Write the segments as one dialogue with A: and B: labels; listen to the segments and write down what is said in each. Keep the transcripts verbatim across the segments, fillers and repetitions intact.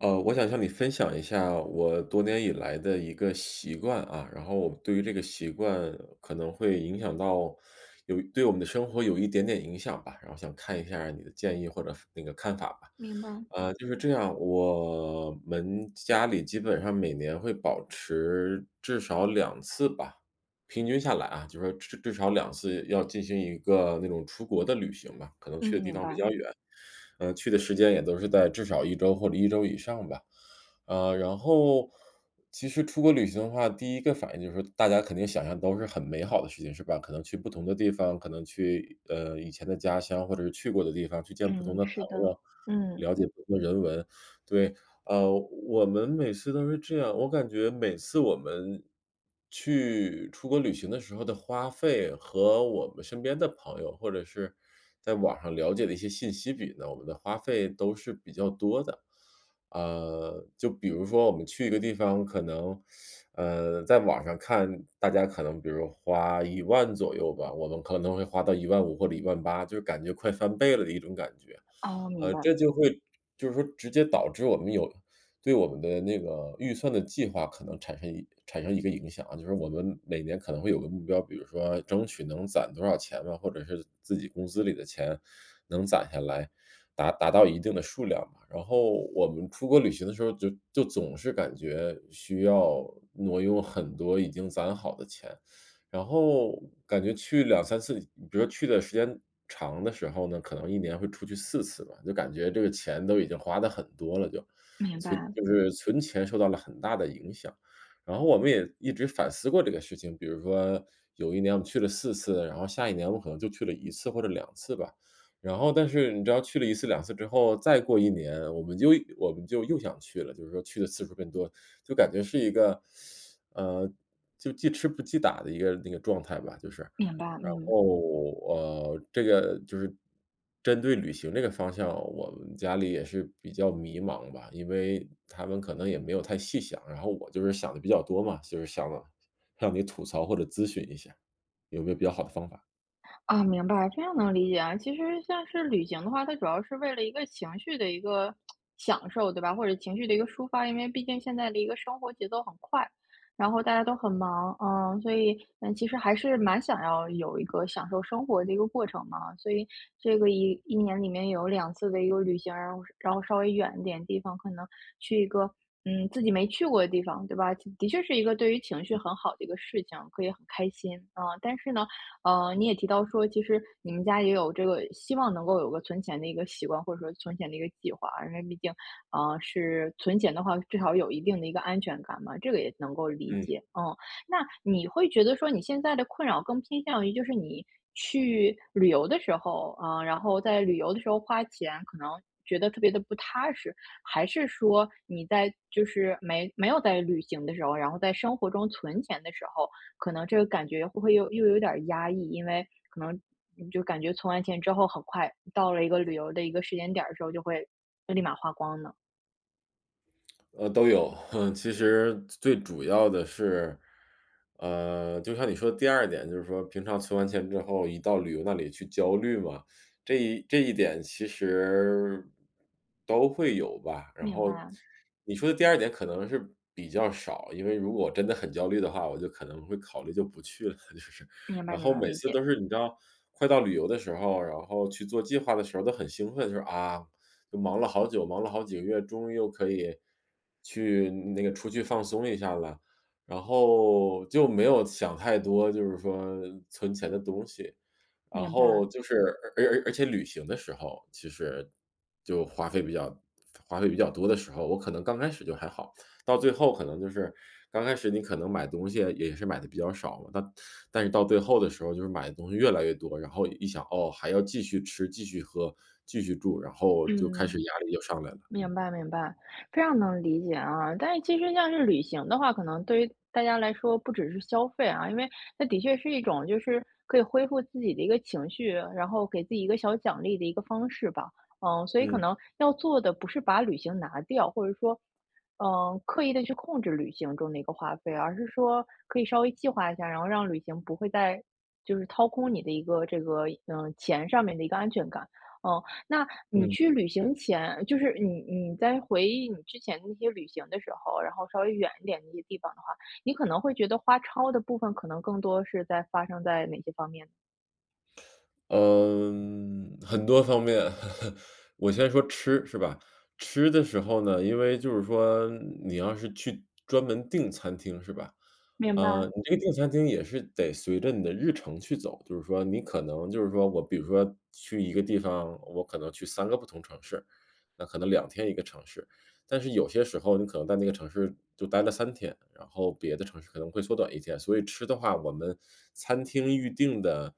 A: 呃，我想向你分享一下我多年以来的一个习惯啊，然后我对于这个习惯可能会影响到有对我们的生活有一点点影响吧，然后想看一下你的建议或者那个看法吧。
B: 明白，
A: 呃，就是这样，我们家里基本上每年会保持至少两次吧，平均下来啊，就说至至少两次要进行一个那种出国的旅行吧，可能去
B: 嗯，
A: 的地
B: 明
A: 方比
B: 白，
A: 较远，呃，去的时间也都是在至少一周或者一周以上吧。呃，然后其实出国旅行的话，第一个反应就是说大家肯定想象都是很美好的事情，是吧？可能去不同的地方，可能去，呃，以前的家乡或者是去过的地方，去见不同
B: 嗯，
A: 的朋
B: 是的，
A: 友，
B: 嗯，
A: 了解不同的人文，对。呃，我们每次都是这样，我感觉每次我们去出国旅行的时候的花费和我们身边的朋友，或者是在网上了解的一些信息比呢，我们的花费都是比较多的。呃，就比如说我们去一个地方，可能，呃，在网上看大家可能比如花一万左右吧，我们可能会花到一万五或者一万八，就是感觉快翻倍了的一种感觉。
B: 哦，明
A: 呃，
B: 白，
A: 这就会就是说直接导致我们有对我们的那个预算的计划可能产生一产生一个影响啊，就是我们每年可能会有个目标，比如说争取能攒多少钱吧，或者是自己工资里的钱能攒下来，达达到一定的数量吧。然后我们出国旅行的时候就就总是感觉需要挪用很多已经攒好的钱，然后感觉去两三次，比如说去的时间长的时候呢，可能一年会出去四次吧，就感觉这个钱都已经花的很多了就，
B: 明
A: 存
B: 白，
A: 就是存钱受到了很大的影响。然后我们也一直反思过这个事情，比如说有一年我们去了四次，然后下一年我们可能就去了一次或者两次吧。然后但是你知道去了一次两次之后，再过一年，我们就我们就又想去了，就是说去的次数更多，就感觉是一个，呃，就记吃不记打的一个那个状态吧，就是。
B: 明白，
A: 然
B: 嗯。
A: 后，呃，这个就是针对旅行这个方向，我们家里也是比较迷茫吧，因为他们可能也没有太细想，然后我就是想的比较多嘛，就是想向你吐槽或者咨询一下，有没有比较好的方法？
B: 啊，明白，非常能理解啊。其实像是旅行的话，它主要是为了一个情绪的一个享受，对吧？或者情绪的一个抒发，因为毕竟现在的一个生活节奏很快，然后大家都很忙，嗯，所以嗯，其实还是蛮想要有一个享受生活的一个过程嘛。所以这个一一年里面有两次的一个旅行，然后然后稍微远一点地方，可能去一个。嗯，自己没去过的地方，对吧？的确是一个对于情绪很好的一个事情，可以很开心啊，但是呢，呃，你也提到说，其实你们家也有这个希望能够有个存钱的一个习惯，或者说存钱的一个计划，因为毕竟，呃，是存钱的话，至少有一定的一个安全感嘛，这个也能够理
A: 嗯。
B: 解。嗯，那你会觉得说，你现在的困扰更偏向于就是你去旅游的时候，啊、然后在旅游的时候花钱，可能觉得特别的不踏实，还是说你在就是没没有在旅行的时候，然后在生活中存钱的时候？可能这个感觉会会又又有点儿压抑，因为可能嗯就感觉存完钱之后，很快到了一个旅游的一个时间点儿的时候，就会立马花光呢。
A: 呃，都有，其实最主要的是，呃，就像你说的第二点，就是说平常存完钱之后，一到旅游那里去焦虑嘛，这一这一点其实都会有吧。然
B: 明
A: 后
B: 白，
A: 你说的第二点可能是比较少，因为如果我真的很焦虑的话，我就可能会考虑就不去了，就是。
B: 明白，
A: 然
B: 明
A: 后
B: 白，
A: 每
B: 理
A: 次
B: 解，
A: 都是你知道，快到旅游的时候，然后去做计划的时候都很兴奋，就是啊，就忙了好久，忙了好几个月，终于又可以去那个出去放松一下了，然后就没有想太多，就是说存钱的东西。然
B: 明
A: 后
B: 白，
A: 就是而而而且旅行的时候，其实就花费比较花费比较多的时候，我可能刚开始就还好，到最后可能就是刚开始你可能买东西也是买的比较少嘛，但但是到最后的时候，就是买的东西越来越多，然后一想，哦，还要继续吃、继续喝、继续住，然后就开
B: 嗯。
A: 始压力就上来了。
B: 明白明白，非常能理解啊。但是其实像是旅行的话，可能对于大家来说不只是消费啊，因为那的确是一种就是可以恢复自己的一个情绪，然后给自己一个小奖励的一个方式吧。嗯，所以可
A: 嗯
B: 能要做的不是把旅行拿掉，或者说，嗯，刻意的去控制旅行中的一个花费，而是说可以稍微计划一下，然后让旅行不会再就是掏空你的一个这个嗯钱上面的一个安全感。嗯，那你去
A: 嗯。
B: 旅行前，就是你你在回忆你之前那些旅行的时候，然后稍微远一点那些地方的话，你可能会觉得花超的部分可能更多是在发生在哪些方面呢
A: 嗯，很多方面。我先说吃，是吧？吃的时候呢，因为就是说你要是去专门订餐厅，是吧？
B: 明
A: 呃，
B: 白，
A: 你这个订餐厅也是得随着你的日程去走，就是说你可能就是说我比如说去一个地方，我可能去三个不同城市，那可能两天一个城市。但是有些时候你可能在那个城市就待了三天，然后别的城市可能会缩短一天，所以吃的话，我们餐厅预定的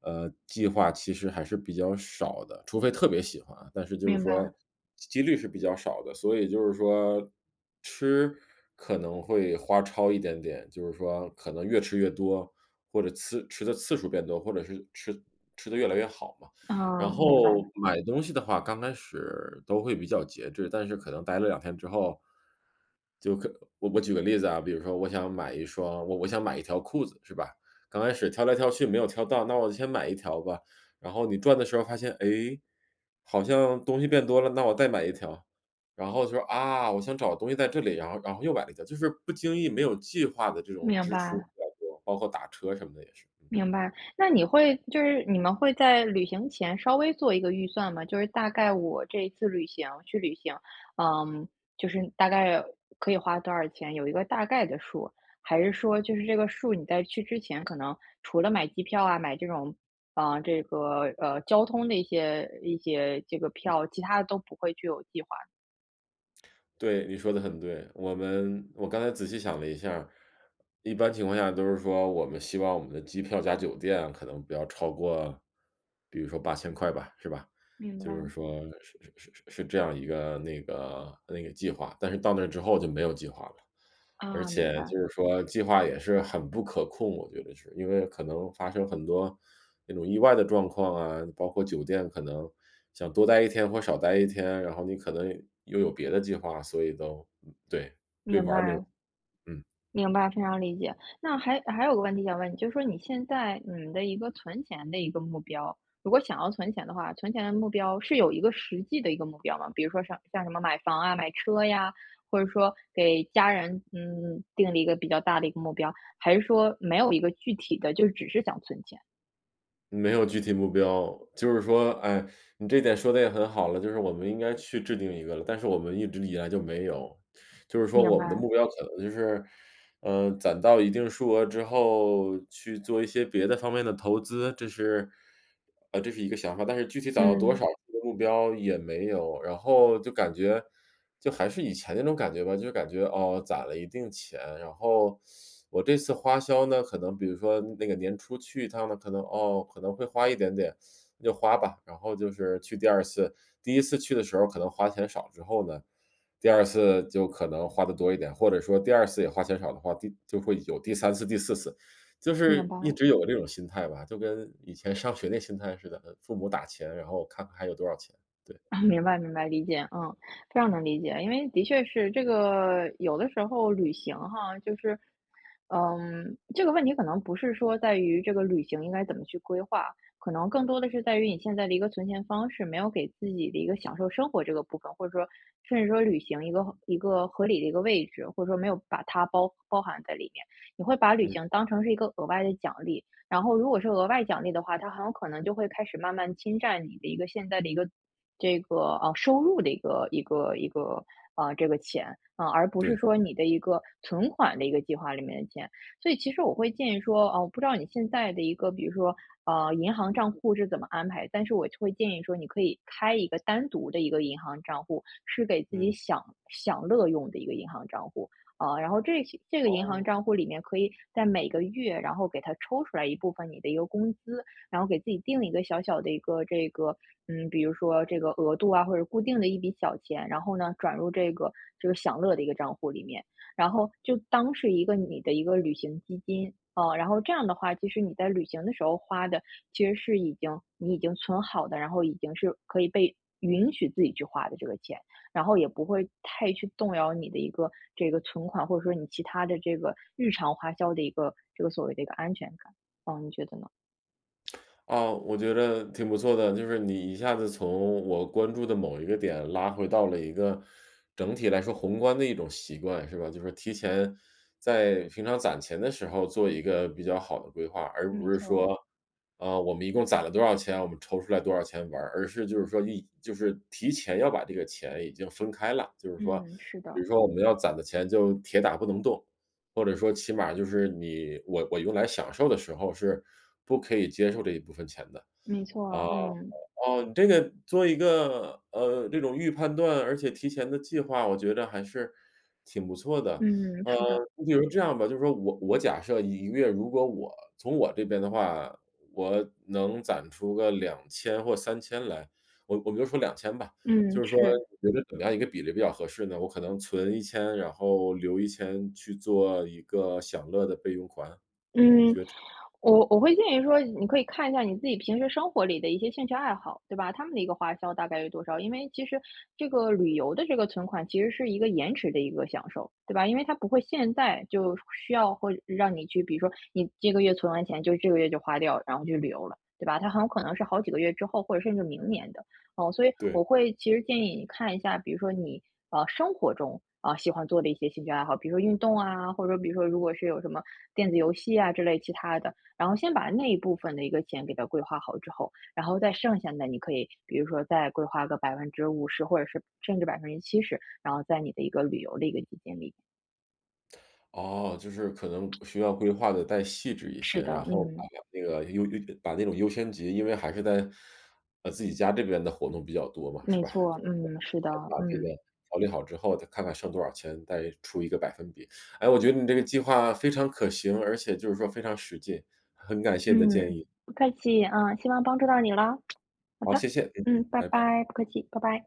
A: 呃，计划其实还是比较少的，除非特别喜欢啊但是就是
B: 明白，
A: 说几率是比较少的。所以就是说可能会花超一点点，就是说可能越吃越多，或者次吃的次数变多，或者是吃吃的越来越好嘛。然
B: 嗯，
A: 嗯
B: 明白，
A: 后买东西的话，刚开始都会比较节制，但是可能待了两天之后，就可我我举个例子啊，比如说我想买一双我我想买一条裤子，是吧？刚开始挑来挑去没有挑到，那我就先买一条吧。然后你转的时候发现，哎，好像东西变多了，那我再买一条。然后就说：“啊，我想找东西在这里。”然后然后又买了一家，就是不经意没有计划的这种
B: 明
A: 支出
B: 白。
A: 比较多，包括打车什么的也是，嗯。
B: 明白，那你会就是你们会在旅行前稍微做一个预算吗？就是大概我这一次旅行去旅行，嗯，就是大概可以花多少钱，有一个大概的数，还是说就是这个数你在去之前，可能除了买机票啊，买这种，啊这个呃交通的一些一些这个票，其他的都不会具有计划。
A: 对，你说的很对。我们我刚才仔细想了一下一般情况下都是说我们希望我们的机票加酒店可能不要超过，比如说八千块吧，是吧？
B: 明
A: 就是
B: 白，
A: 说是是是是是这样一个那个那个计划，但是到那之后就没有计划了。而
B: 啊，明
A: 且
B: 白，
A: 就是说计划也是很不可控，我觉得是，因为可能发生很多那种意外的状况啊，包括酒店可能想多待一天或少待一天，然后你可能又有别的计划，所以都嗯对，对
B: 明
A: 玩儿没有
B: 白。
A: 嗯，
B: 明白，非常理解。那还还有个问题想问你，就是说你现在你的一个存钱的一个目标，如果想要存钱的话，存钱的目标是有一个实际的一个目标吗？比如说像像什么买房啊、买车呀，或者说给家人嗯定了一个比较大的一个目标，还是说没有一个具体的，就只是想存钱？
A: 没有具体目标。就是说，哎，你这点说的也很好了，就是我们应该去制定一个了，但是我们一直以来就没有。就是说
B: 明
A: 我们的
B: 白，
A: 目标可能就是嗯，攒到一定数额之后，去做一些别的方面的投资，这是呃，这是一个想法，但是具体攒到多少
B: 嗯，
A: 这个目标也没有。然后就感觉就还是以前那种感觉吧，就感觉，哦，攒了一定钱，然后我这次花销呢，可能比如说那个年初去一趟呢，可能，哦，可能会花一点点，那就花吧。然后就是去第二次，第一次去的时候可能花钱少之后呢第二次就可能花的多一点，或者说第二次也花钱少的话，第就会有第三次、第四次，就
B: 明
A: 是
B: 白，
A: 一直有这种心态吧，就跟以前上学那心态似的，父母打钱，然后看看还有多少钱，对，
B: 明白，明白，理解，嗯，非常能理解，因为的确是这个，有的时候旅行哈，就是嗯，这个问题可能不是说在于这个旅行应该怎么去规划，可能更多的是在于你现在的一个存钱方式，没有给自己的一个享受生活这个部分，或者说甚至说旅行一个一个合理的一个位置，或者说没有把它包包含在里面。你会把旅
A: 嗯，
B: 行当成是一个额外的奖励，然后如果是额外奖励的话，它很有可能就会开始慢慢侵占你的一个现在的一个这个呃收入的一个一个一个呃这个钱啊、而不是
A: 对，
B: 说你的一个存款的一个计划里面的钱。所以其实我会建议说，哦、我不知道你现在的一个，比如说呃银行账户是怎么安排，但是我会建议说，你可以开一个单独的一个银行账户，是给自己
A: 嗯，
B: 享享乐用的一个银行账户。啊，然后这些这个银行
A: 哦。
B: 账户里面可以在每个月，然后给它抽出来一部分你的一个工资，然后给自己定一个小小的一个这个，嗯，比如说这个额度啊，或者固定的一笔小钱，然后呢转入这个这个享乐的一个账户里面，然后就当是一个你的一个旅行基金。啊，然后这样的话，其实你在旅行的时候花的其实是已经你已经存好的，然后已经是可以被允许自己去花的这个钱，然后也不会太去动摇你的一个这个存款，或者说你其他的这个日常花销的一个这个所谓的一个安全感。哦，你觉得呢？
A: 啊，我觉得挺不错的，就是你一下子从我关注的某一个点拉回到了一个整体来说宏观的一种习惯，是吧？就是提前在平常攒钱的时候做一个比较好的规划，而不
B: 没
A: 是
B: 错。
A: 说，啊、我们一共攒了多少钱，我们抽出来多少钱玩儿，而是就是说一就是提前要把这个钱已经分开了，就是说，
B: 嗯，是
A: 比
B: 的，
A: 如说我们要攒的钱就铁打不能动，或者说起码就是你我我用来享受的时候是不可以接受这一部分钱的。
B: 没错啊，
A: 啊，
B: 嗯，
A: 哦，你这个做一个，呃，这种预判断，而且提前的计划，我觉得还是挺不错的。
B: 嗯，
A: 呃，
B: 是的，
A: 你比如这样吧，就是说我我假设一个月，如果我从我这边的话，我能攒出个两千或三千来，我我们就说两千吧。
B: 嗯，
A: 就是说嗯
B: 是，
A: 你觉得怎么样一个比例比较合适呢？我可能存一千，然后留一千去做一个享乐的备用款，
B: 嗯，我我会建议说，你可以看一下你自己平时生活里的一些兴趣爱好，对吧？他们的一个花销大概有多少？因为其实这个旅游的这个存款其实是一个延迟的一个享受，对吧？因为它不会现在就需要或者让你去，比如说你这个月存完钱，就这个月就花掉，然后去旅游了，对吧？它很有可能是好几个月之后，或者甚至明年的。哦，所以
A: 对。
B: 我会其实建议你看一下，比如说你呃生活中啊、喜欢做的一些兴趣爱好，比如说运动啊，或者说比如说如果是有什么电子游戏啊之类其他的，然后先把那一部分的一个钱给它规划好之后，然后再剩下的你可以比如说再规划个百分之五十或者是甚至百分之七十，然后在你的一个旅游的一个基金里。
A: 哦，就是可能需要规划的再细致一
B: 是
A: 些，
B: 的，
A: 然后把
B: 嗯，
A: 那个优优把那种优先级因为还是在，呃，自己家这边的活动比较多嘛，是
B: 没
A: 吧？
B: 错，
A: 就是说
B: 嗯，是的，
A: 先把这个
B: 嗯
A: 调理好之后，再看看剩多少钱，再出一个百分比。哎，我觉得你这个计划非常可行，而且就是说非常实际，很感谢你的
B: 嗯，
A: 建议。
B: 不客气，嗯，希望帮助到你了。好
A: 好，
B: 的，
A: 谢谢，嗯
B: 嗯，
A: 嗯，
B: 拜
A: 拜拜。
B: 拜，不客气，拜拜。